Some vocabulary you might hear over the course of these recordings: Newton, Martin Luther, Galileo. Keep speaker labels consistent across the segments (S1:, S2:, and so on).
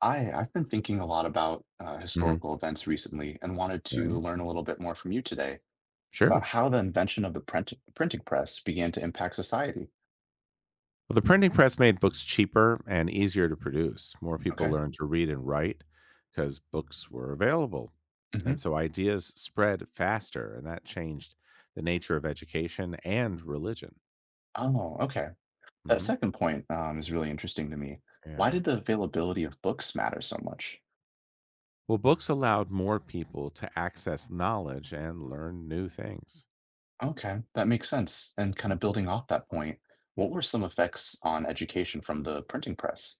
S1: I've been thinking a lot about
S2: Mhm.
S1: historical events recently and wanted to
S2: Right.
S1: learn a little bit more from you today about
S2: Sure.
S1: how the invention of the printing press began to impact society.
S2: Well, the printing press made books cheaper and easier to produce. More people
S1: Okay.
S2: learned to read and write because books were available. And
S1: Hmm.
S2: so ideas spread faster, and that changed the nature of education and religion.
S1: Oh, okay. That
S2: Hmm.
S1: second point is really interesting to me. Why
S2: Yeah.
S1: did the availability of books matter so much?
S2: Well, books allowed more people to access knowledge and learn new things.
S1: Okay, that makes sense. And kind of
S2: Hmm.
S1: building off that point, what were some effects on education from the printing press?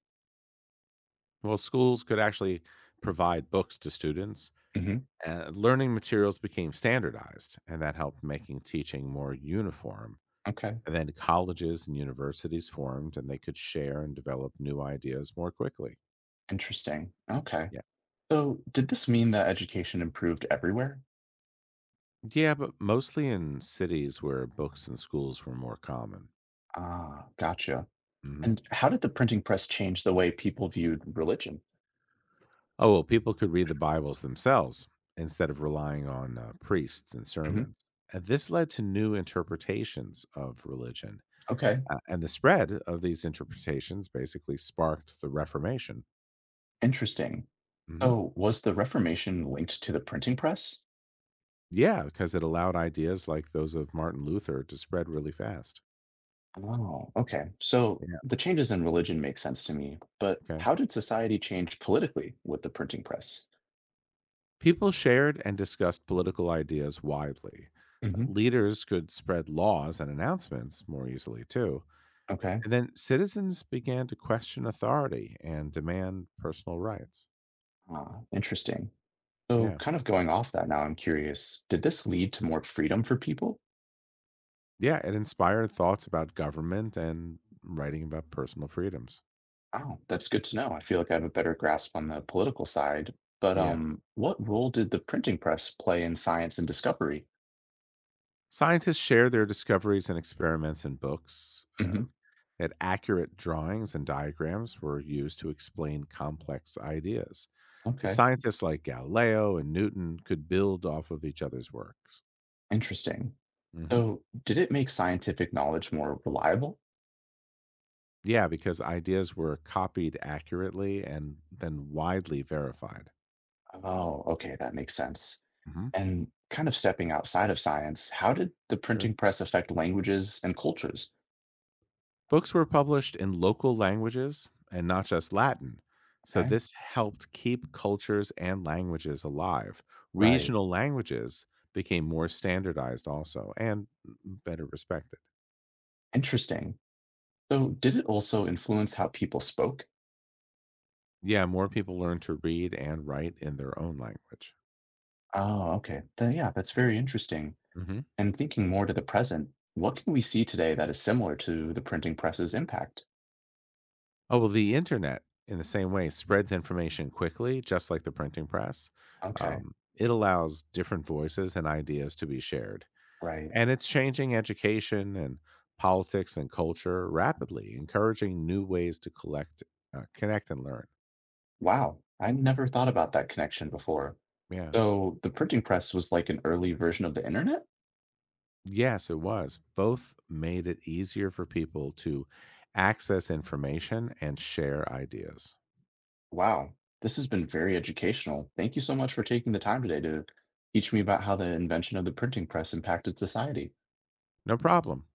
S2: Well, schools could actually provide books to students.
S1: Hmm.
S2: Learning materials became standardized, and that helped making teaching more uniform.
S1: Okay,
S2: And then colleges and universities formed, and they could share and develop new ideas more quickly.
S1: interesting. Okay.
S2: Yeah.
S1: So, did this mean that education improved everywhere?
S2: Yeah, but mostly in cities where books and schools were more common.
S1: Ah, gotcha.
S2: Hmm.
S1: And how did the printing press change the way people viewed religion?
S2: Oh, well, people could read the Bibles themselves instead of relying on priests and
S1: Hmm.
S2: sermons. And this led to new interpretations of religion.
S1: Okay,
S2: And the spread of these interpretations basically sparked the Reformation.
S1: interesting.
S2: Hmm.
S1: So, was the Reformation linked to the printing press?
S2: Yeah, because it allowed ideas like those of Martin Luther to spread really fast.
S1: Oh, okay. So,
S2: Yeah.
S1: the changes in religion make sense to me, but
S2: Okay.
S1: how did society change politically with the printing press?
S2: People shared and discussed political ideas widely.
S1: Hmm.
S2: Leaders could spread laws and announcements more easily, too.
S1: Okay,
S2: And then citizens began to question authority and demand personal rights.
S1: ah, interesting. So,
S2: Yeah.
S1: kind of going off that now, I'm curious, did this lead to more freedom for people?
S2: Yeah. It inspired thoughts about government and writing about personal freedoms.
S1: Oh, that's good to know. I feel like I have a better grasp on the political side. But
S2: Yeah.
S1: what role did the printing press play in science and discovery?
S2: Scientists share their discoveries and experiments in books.
S1: Hmm.
S2: And accurate drawings and diagrams were used to explain complex ideas. So
S1: Okay,
S2: scientists like Galileo and Newton could build off of each other's works.
S1: interesting.
S2: Hmm.
S1: So, did it make scientific knowledge more reliable?
S2: Yeah, because ideas were copied accurately and then widely verified.
S1: Oh, okay, that makes sense.
S2: Hmm.
S1: And kind of stepping outside of science, how did the
S2: Sure.
S1: printing press affect languages and cultures?
S2: Books were published in local languages and not just Latin, so
S1: Okay,
S2: this helped keep cultures and languages alive.
S1: right.
S2: Regional languages became more standardized also and better respected.
S1: Interesting. So, did it also influence how people spoke?
S2: Yeah, more people learned to read and write in their own language.
S1: Oh, okay. Then, yeah, that's very interesting.
S2: Hmm.
S1: And thinking more to the present, what can we see today that is similar to the printing press's impact?
S2: Oh, well, the internet, in the same way, spreads information quickly, just like the printing press.
S1: Okay,
S2: It allows different voices and ideas to be shared.
S1: right.
S2: And it's changing education and politics and culture rapidly, encouraging new ways to collect, connect, and learn.
S1: Wow, I never thought about that connection before.
S2: Yeah.
S1: So the printing press was like an early version of the internet?
S2: Yes, it was. Both made it easier for people to access information and share ideas.
S1: Wow, this has been very educational. Thank you so much for taking the time today to teach me about how the invention of the printing press impacted society.
S2: No problem.